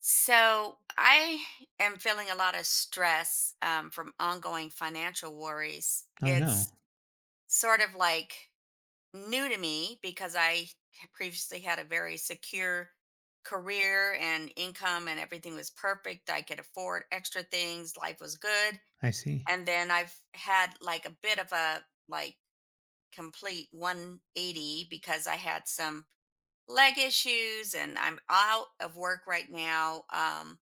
So I am feeling a lot of stress from ongoing financial worries. Oh, no. It's sort of like new to me because I had previously had a very secure career and income and everything was perfect. I could afford extra things, life was good. I see. And then I've had like a bit of a like complete 180 because I had some leg issues and I'm out of work right now.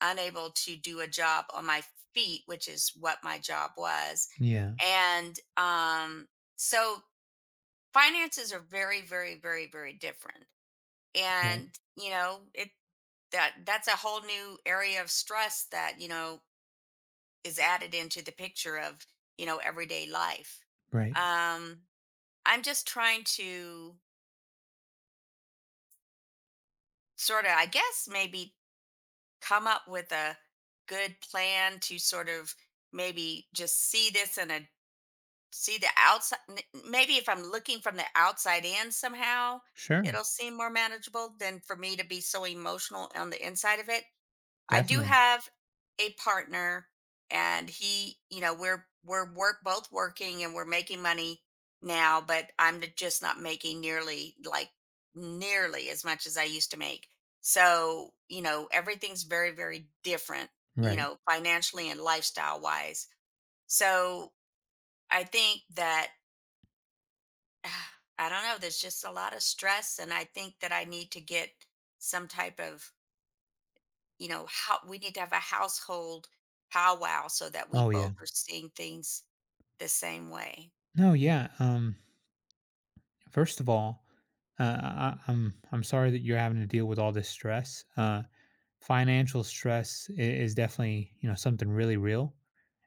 Unable to do a job on my feet, which is what my job was. Yeah. And so finances are very, very, very, very different. Okay. And, you know, it that that's a whole new area of stress that, you know, is added into the picture of, you know, everyday life. Right. Um, I'm just trying to sort of, I guess, maybe come up with a good plan to sort of maybe just see this in a See the outside maybe if I'm looking from the outside in somehow, Sure. it'll seem more manageable than for me to be so emotional on the inside of it. I do Definitely. have a partner and he, you know, we're work both working and we're making money now, but just not making nearly like nearly as much as I used to make. So, you know, everything's very, very different, you Right. know, financially and lifestyle wise. So I think that I don't know. There's just a lot of stress, and I think that I need to get some type of, you know, how we need to have a household powwow so that we Oh, yeah. both are seeing things the same way. No, yeah. First of all, I'm sorry that you're having to deal with all this stress. Financial stress is definitely, you know, something really real,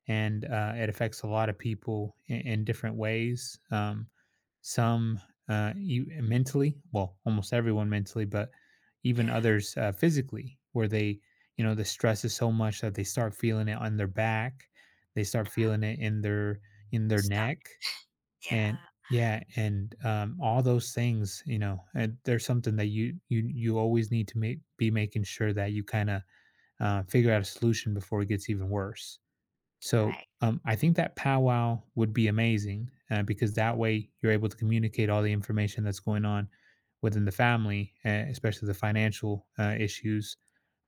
and it affects a lot of people in different ways. Some you, mentally, well, almost everyone mentally, but even Yeah. others physically, where they, you it- know, the stress is so much that they start feeling it on their back, they start feeling it in their Stop. neck, and Yeah. yeah, and all those things, you know, and there's something that you always need to make be making sure that you kind of figure out a solution before it gets even worse. So Right. I think that powwow would be amazing because that way you're able to communicate all the information that's going on within the family, especially the financial issues.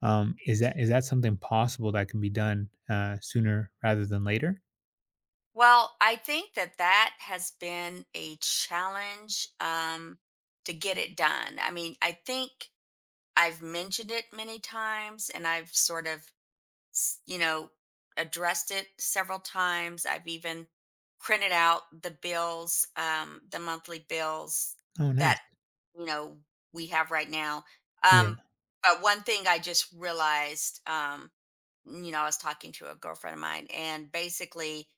Um, is that something possible that can be done sooner rather than later? Well, I think that that has been a challenge to get it done. I mean, I think I've mentioned it many times, and I've sort of you know, addressed it several times. I've even printed out the bills, the monthly bills Oh, nice. that, you know, we have right now. Um, Yeah. but one thing I just realized, you know, I was talking to a girlfriend of mine, and basically,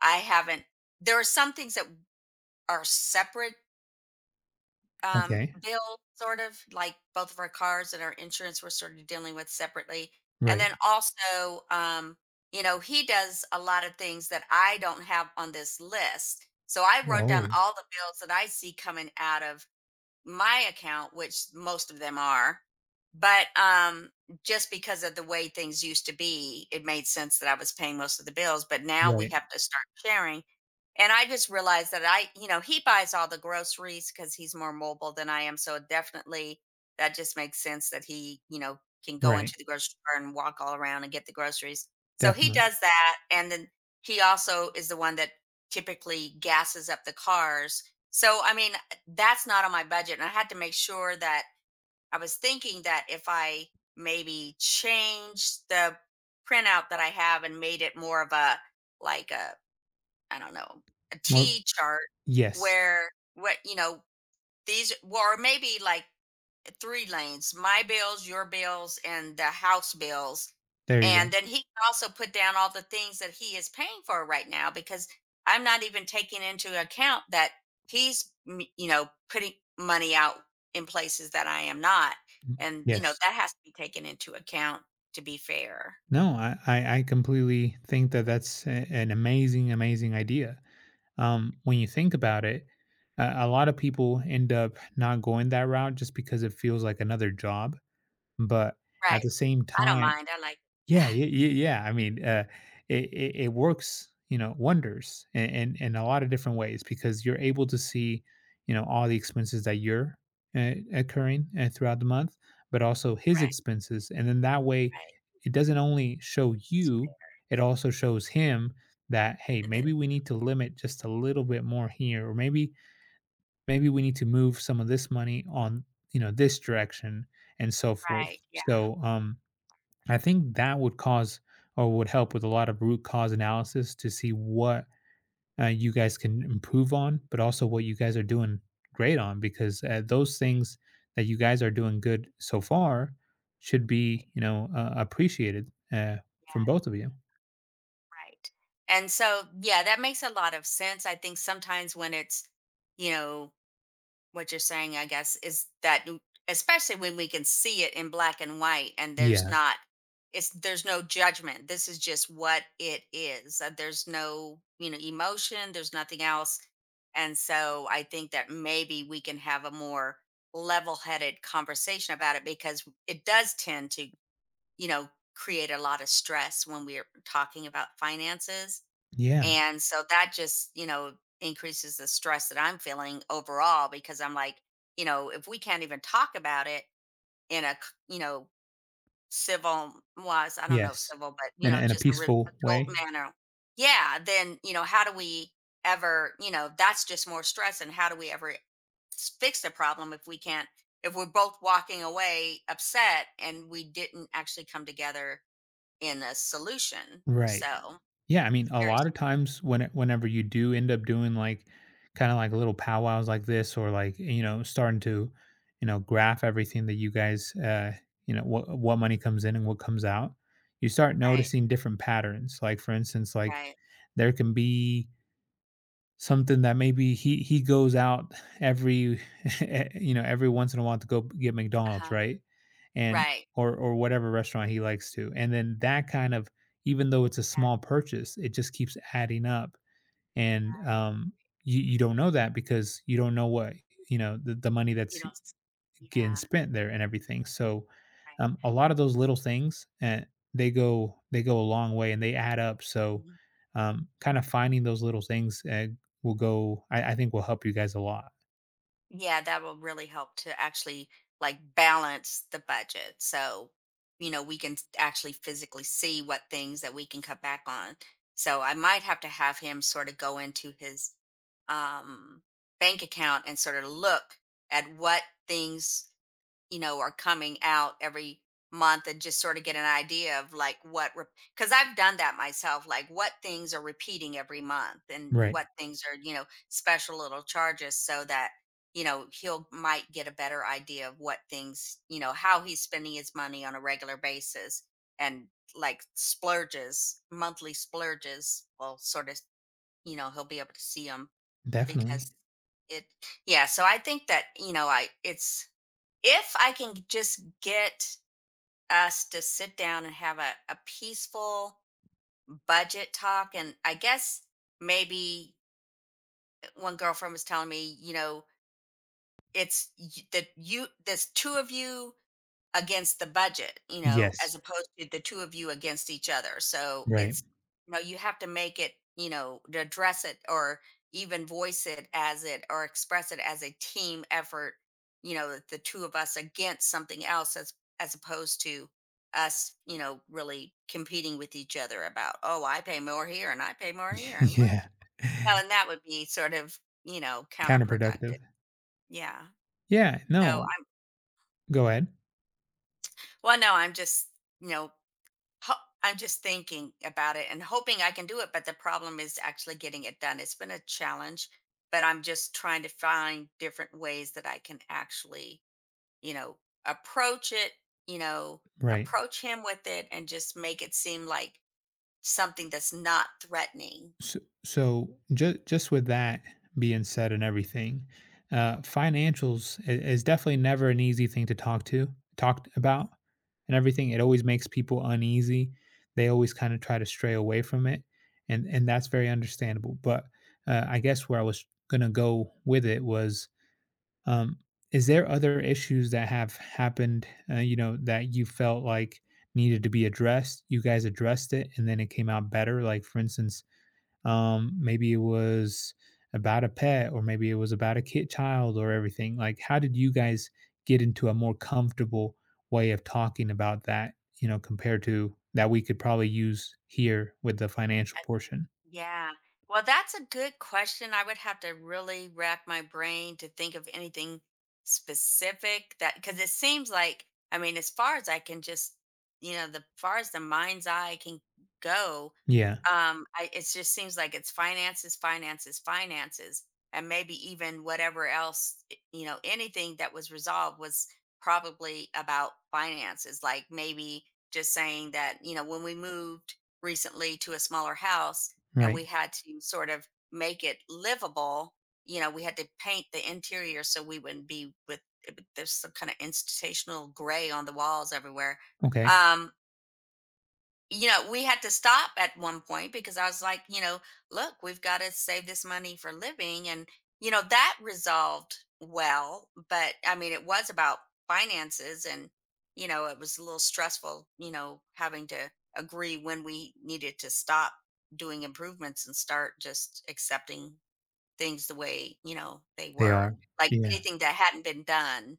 I haven't, there are some things that are separate Okay. bill sort of like both of our cars and our insurance we're sort of dealing with separately, and Right. then also, you know, he does a lot of things that I don't have on this list. So I wrote down Oh, all the bills that I see coming out of my account, which most of them are. But just because of the way things used to be, it made sense that I was paying most of the bills. But now we right. have to start sharing. And I just realized that you know, he buys all the groceries because he's more mobile than I am. So it definitely that just makes sense that he, you know, can go Right. into the grocery store and walk all around and get the groceries. So he Definitely. does that. And then he also is the one that typically gasses up the cars. So, I mean, that's not on my budget. And I had to make sure that I was thinking that if I maybe changed the printout that I have and made it more of a like a I don't know, a More. T chart Yes. where, what, you know, these, or maybe like three lanes: my bills, your bills, and the house bills. There you go. And then he can also put down all the things that he is paying for right now, because I'm not even taking into account that you know, putting money out in places that I am not. Mm. And you know Yes. that has to be taken into account to be fair. No, I completely think that that's an amazing, amazing idea. When you think about it, a lot of people end up not going that route just because it feels like another job. But at Right. the same I don't time, mind, I like yeah. I mean, it works, you know, wonders in, in a lot of different ways because you're able to see, you know, all the expenses that you're occurring throughout the month, but also his right, expenses, and then that way, right. it doesn't only show It's you, fair. it also shows him that hey, And then maybe we need to limit just a little bit more here, or maybe we need to move some of this money on, you know, this direction and so right, forth. yeah, So, I think that would cause or would help with a lot of root cause analysis to see what you guys can improve on, but also what you guys are doing great on, because those things that you guys are doing good so far should be, you know, appreciated from yeah. both of you. Right. And so, yeah, that makes a lot of sense. I think sometimes when it's, you know, what you're saying, I guess, is that especially when we can see it in black and white and there's Yeah. not, there's no judgment. This is just what it is. There's no, you know, emotion, there's nothing else. And so I think that maybe we can have a more level headed conversation about it, because it does tend to, you know, create a lot of stress when we're talking about finances. Yeah. And so that just, you know, increases the stress that I'm feeling overall, because I'm like, you know, if we can't even talk about it in a, you know, civil, I don't know, if Yes. civil, but, you In, a- know, in a just a peaceful adult way. manner. Yeah. Then, you know, how do we ever, you know, that's just more stress. And how do we ever fix the problem if we can't, if we're both walking away upset and we didn't actually come together in a solution? Right. So Yeah, I mean, it's a very, lot of times when whenever you do end up doing like kind of like little powwows like this, or like, you know, starting to, you know, graph everything that you guys you know, what money comes in and what comes out, you start right, noticing different patterns. Like for instance, like right. there can be something that maybe he goes out every you know every once in a while to go get McDonald's, Uh-huh. right? And Right. or whatever restaurant he likes to. And then that kind of, even though it's a Yeah, small purchase, it just keeps adding up. And right. You don't know that because you don't know what, you know, the money You that's don't s getting Yeah, spent there and everything. So right. A lot of those little things and they go a long way and they add up. So Mhm. Kind of finding those little things will go. I think will help you guys a lot. Yeah, that will really help to actually, like, balance the budget, so, you know, we can s actually physically see what things that we can cut back on. So, I might have to have him sorta go into his, um, bank account and sorta look at what things, you know, are coming out every month and just sort of get an idea of like what, because I've done that myself, like what things are repeating every month and Right. what things are, you know, special little charges, so that, you know, he'll might get a better idea of what things, you know, how he's spending his money on a regular basis. And like splurges, monthly splurges will sort of, you know, he'll be able to see them because Definitely. it, yeah. So I think that, you know, it's, if I can just get us to sit down and have a peaceful budget talk. And I guess maybe one girlfriend was telling me, you know, it's that you, there's two of you against the budget, you know, as Yes. opposed to the two of you against each other. So Right. it's, you know, you have to make it, you know, to address it or even voice it as it or express it as a team effort, you know, that the two of us against something else, as opposed to us, you know, really competing with each other about, oh, I pay more here and I pay more here and well, yeah. no. And that would be sort of, you know, Counterproductive. counterproductive. Yeah. Yeah. So No. I'm Go ahead. well, no, I'm just, you know, ho- I'm just thinking about it and hoping I can do it, but the problem is actually getting it done. It's been a challenge, but I'm just trying to find different ways that I can actually, you know, approach it, you know, Right. approach him with it and just make it seem like something that's not threatening. So, so just with that being said and everything, financials is definitely never an easy thing to talked about and everything. It always makes people uneasy. They always kind of try to stray away from it, and that's very understandable. But I guess where I was gonna go with it was, um, is there other issues that have happened, you know, that you felt like needed to be addressed? You guys addressed it, and then it came out better. Like for instance, maybe it was about a pet, or maybe it was about a kid child, or everything, like how did you guys get into a more comfortable way of talking about that, you know, compared to that we could probably use here with the financial Exactly. portion? Yeah. Well, that's a good question. I would have to really rack my brain to think of anything specific that, because it seems like, I mean, as far as I can just, you know, the far as the mind's eye can go, Yeah. I it just seems like it's finances, finances, finances. And maybe even whatever else, you know, anything that was resolved was probably about finances. Like maybe just saying that, you know, when we moved recently to a smaller house and Right. we had to sort of make it livable, you know, we had to paint the interior so we wouldn't be with there's some kind of institutional gray on the walls everywhere. Okay. Um, you know, we had to stop at one point because I was like, you know, look, we've got to save this money for living. And, you know, that resolved well. But I mean, it was about finances and, you know, it was a little stressful, you know, having to agree when we needed to stop doing improvements and start just accepting things the way, you know, they They were. are. Like Yeah. anything that hadn't been done,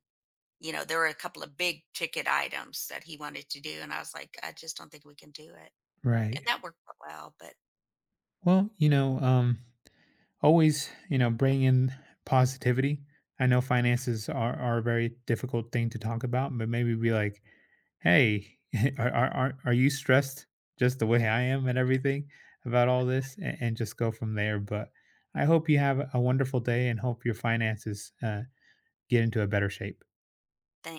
you know, there were a couple of big ticket items that he wanted to do. And I was like, I just don't think we can do it. Right. And that worked out well, but Well, you know, always, you know, bring in positivity. I know finances are a very difficult thing to talk about, but maybe be like, hey, are you stressed just the way I am and everything about all this, and just go from there. But I hope you have a wonderful day and hope your finances get into a better shape. thank